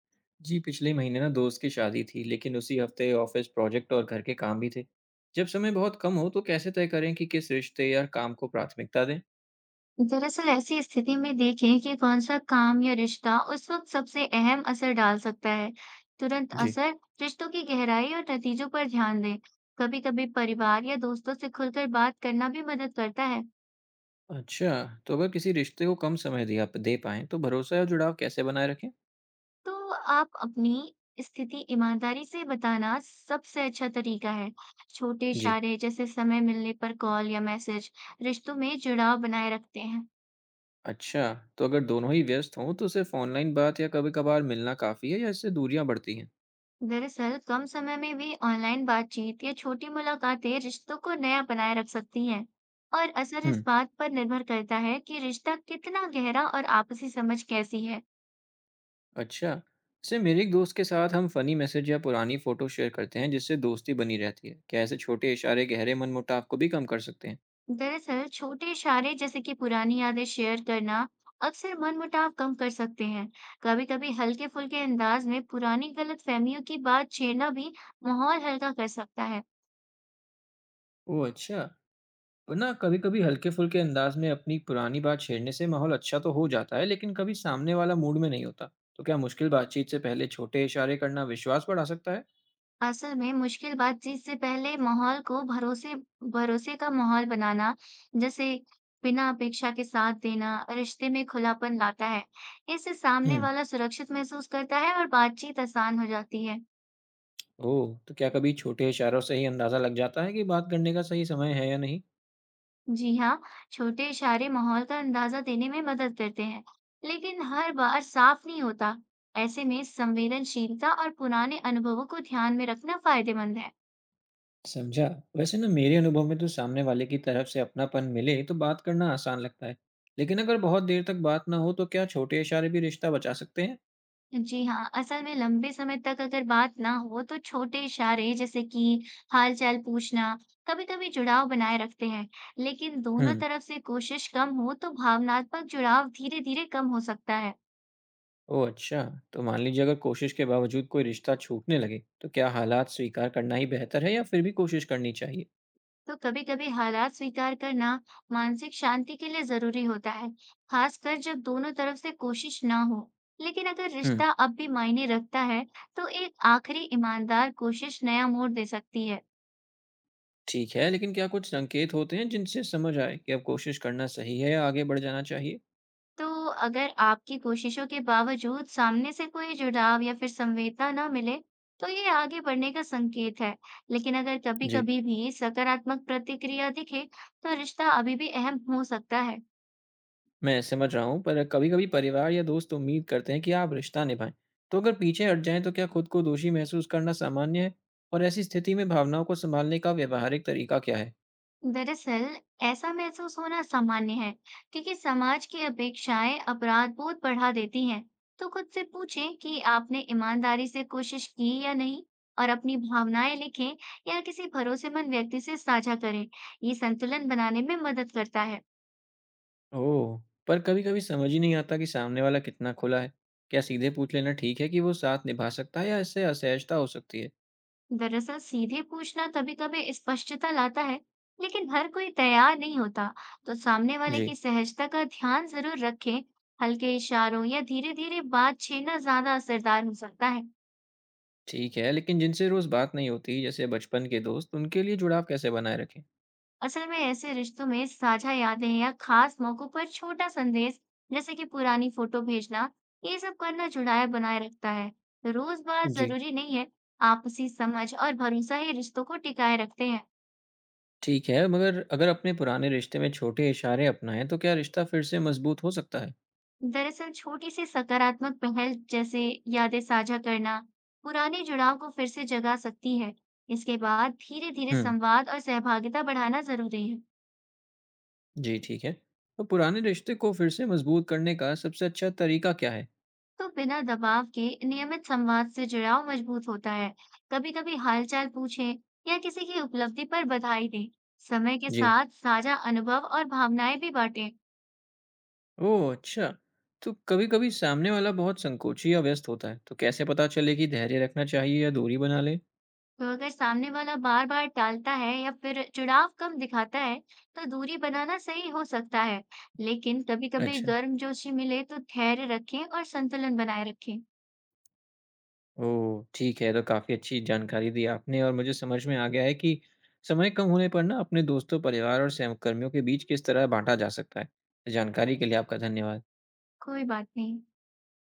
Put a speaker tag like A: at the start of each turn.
A: जी, पिछले महीने ना दोस्त की शादी थी, लेकिन उसी हफ्ते ऑफिस प्रोजेक्ट और घर के काम भी थे। जब समय बहुत कम हो तो कैसे तय करें कि किस रिश्ते या काम को प्राथमिकता दें?
B: दरअसल ऐसी स्थिति में देखें कि कौन सा काम या रिश्ता उस वक्त सबसे अहम असर डाल सकता है। तुरंत
A: जी।
B: असर, रिश्तों की गहराई और नतीजों पर ध्यान दें। कभी-कभी परिवार या दोस्तों से खुलकर बात करना भी मदद करता है।
A: अच्छा, तो अगर किसी रिश्ते को कम समय दिया दे पाएं तो भरोसा या जुड़ाव कैसे बनाए रखें?
B: तो आप अपनी स्थिति ईमानदारी से बताना सबसे अच्छा तरीका है। छोटे
A: जी।
B: इशारे जैसे समय मिलने पर कॉल या मैसेज रिश्तों में जुड़ाव बनाए रखते हैं।
A: अच्छा, तो अगर दोनों ही व्यस्त हों तो सिर्फ ऑनलाइन बात या कभी कभार मिलना काफ़ी है या इससे दूरियां बढ़ती हैं?
B: दरअसल कम समय में भी ऑनलाइन बातचीत या छोटी मुलाकातें रिश्तों को नया बनाए रख सकती हैं। और असर इस
A: हम्म।
B: बात पर निर्भर करता है कि रिश्ता कितना गहरा और आपसी समझ कैसी है।
A: अच्छा, जैसे मेरे एक दोस्त के साथ हम फनी मैसेज या पुरानी फ़ोटो शेयर करते हैं जिससे दोस्ती बनी रहती है। क्या ऐसे छोटे इशारे गहरे मनमुटाव को भी कम कर सकते हैं?
B: दरअसल छोटे इशारे जैसे कि पुरानी यादें शेयर करना अक्सर मनमुटाव कम कर सकते हैं। कभी कभी हल्के फुल्के अंदाज में पुरानी गलतफहमियों की बात छेड़ना भी माहौल हल्का कर सकता है।
A: ओह, अच्छा! वरना कभी-कभी हल्के-फुल्के अंदाज में अपनी पुरानी बात छेड़ने से माहौल अच्छा तो हो जाता है, लेकिन कभी सामने वाला मूड में नहीं होता। तो क्या मुश्किल बातचीत से पहले छोटे इशारे करना विश्वास बढ़ा सकता है?
B: असल में मुश्किल बातचीत से पहले माहौल को भरोसे भरोसे का माहौल बनाना, जैसे बिना अपेक्षा के साथ देना, रिश्ते में खुलापन लाता है। इससे सामने
A: हुँ।
B: वाला सुरक्षित महसूस करता है और बातचीत आसान हो जाती है।
A: ओह! तो क्या कभी छोटे इशारों से ही अंदाज़ा लग जाता है कि बात करने का सही समय है या नहीं?
B: जी हाँ, छोटे इशारे माहौल का अंदाजा देने में मदद करते हैं, लेकिन हर बार साफ नहीं होता। ऐसे में संवेदनशीलता और पुराने अनुभवों को ध्यान में रखना फायदेमंद है।
A: समझा। वैसे ना मेरे अनुभव में तो सामने वाले की तरफ से अपनापन मिले तो बात करना आसान लगता है। लेकिन अगर बहुत देर तक बात ना हो तो क्या छोटे इशारे भी रिश्ता बचा सकते हैं?
B: जी हाँ, असल में लंबे समय तक अगर बात ना हो तो छोटे इशारे जैसे कि हालचाल पूछना कभी-कभी जुड़ाव बनाए रखते हैं, लेकिन दोनों
A: हुँ।
B: तरफ से कोशिश कम हो तो भावनात्मक जुड़ाव धीरे-धीरे कम हो सकता है।
A: ओह, अच्छा! तो मान लीजिए अगर कोशिश के बावजूद कोई रिश्ता छूटने लगे, तो क्या हालात स्वीकार करना ही बेहतर है या फिर भी कोशिश करनी चाहिए?
B: तो कभी-कभी हालात स्वीकार करना मानसिक शांति के लिए जरूरी होता है, खासकर जब दोनों तरफ से कोशिश ना हो। लेकिन अगर
A: हुँ।
B: रिश्ता अब भी मायने रखता है, तो एक आखिरी ईमानदार कोशिश नया मोड़ दे सकती है।
A: ठीक है, लेकिन क्या कुछ संकेत होते हैं जिनसे समझ आए कि अब कोशिश करना सही है या आगे बढ़ जाना चाहिए?
B: तो अगर आपकी कोशिशों के बावजूद सामने से कोई जुड़ाव या फिर संवेदना ना मिले, तो ये आगे बढ़ने का संकेत है। लेकिन अगर
A: जी।
B: कभी-कभी भी सकारात्मक प्रतिक्रिया दिखे, तो रिश्ता अभी भी अहम हो सकता है।
A: मैं समझ रहा हूँ, पर कभी-कभी परिवार या दोस्त उम्मीद करते हैं कि आप रिश्ता निभाएँ। तो अगर पीछे हट जाएँ, तो क्या खुद को दोषी महसूस करना सामान्य है? और ऐसी स्थिति में भावनाओं को सँभालने का व्यावहारिक तरीका क्या है?
B: दरअसल ऐसा महसूस होना सामान्य है क्योंकि समाज की अपेक्षाएं अपराध बोध बढ़ा देती हैं। तो खुद से पूछें कि आपने ईमानदारी से कोशिश की या नहीं, और अपनी भावनाएं लिखें या किसी भरोसेमंद व्यक्ति से साझा करें। ये संतुलन बनाने में मदद करता है।
A: ओह! पर कभी-कभी समझ ही नहीं आता कि सामने वाला कितना खुला है। क्या सीधे पूछ लेना ठीक है कि वो साथ निभा सकता है या इससे असहजता हो सकती है?
B: दरअसल सीधे पूछना कभी-कभी स्पष्टता लाता है, लेकिन हर कोई तैयार नहीं होता। तो सामने वाले
A: जी।
B: की सहजता का ध्यान जरूर रखें। हल्के इशारों या धीरे धीरे बात छेड़ना ज्यादा असरदार हो सकता है।
A: ठीक है, लेकिन जिनसे रोज़ बात नहीं होती, जैसे बचपन के दोस्त, उनके लिए जुड़ाव कैसे बनाए रखें?
B: असल में ऐसे रिश्तों में साझा यादें या खास मौकों पर छोटा संदेश, जैसे कि पुरानी फोटो भेजना, ये सब करना जुड़ाव बनाए रखता है। रोजगार
A: जी।
B: जरूरी नहीं है। आपसी समझ और भरोसा ही रिश्तों को टिकाए रखते हैं।
A: ठीक है, मगर अगर अपने पुराने रिश्ते में छोटे इशारे अपनाएँ, तो क्या रिश्ता फिर से मज़बूत हो सकता है?
B: दरअसल छोटी सी सकारात्मक पहल जैसे यादें साझा करना पुराने जुड़ाव को फिर से जगा सकती है। इसके बाद धीरे धीरे
A: हुँ।
B: संवाद और सहभागिता बढ़ाना जरूरी है।
A: जी, ठीक है। तो पुराने रिश्ते को फिर से मज़बूत करने का सबसे अच्छा तरीका क्या है?
B: तो बिना दबाव के नियमित संवाद से जुड़ाव मजबूत होता है। कभी-कभी हालचाल पूछें या किसी की उपलब्धि पर बधाई दें। समय के
A: जी।
B: साथ साझा अनुभव और भावनाएं भी बांटें।
A: ओह, अच्छा। तो कभी-कभी सामने वाला बहुत संकोची या व्यस्त होता है, तो कैसे पता चले कि धैर्य रखना चाहिए या दूरी बना ले?
B: तो अगर सामने वाला बार-बार टालता है या फिर जुड़ाव कम दिखाता है, तो दूरी बनाना सही हो सकता है। लेकिन कभी-कभी
A: अच्छा।
B: गर्मजोशी मिले तो धैर्य रखें और संतुलन बनाए रखें।
A: ओह, ठीक है, ये तो काफ़ी अच्छी जानकारी दी आपने और मुझे समझ में आ गया है कि समय कम होने पर ना अपने दोस्तों, परिवार और सहकर्मियों के बीच किस तरह बाँटा जा सकता है। जानकारी के लिए आपका धन्यवाद।
B: कोई बात नहीं।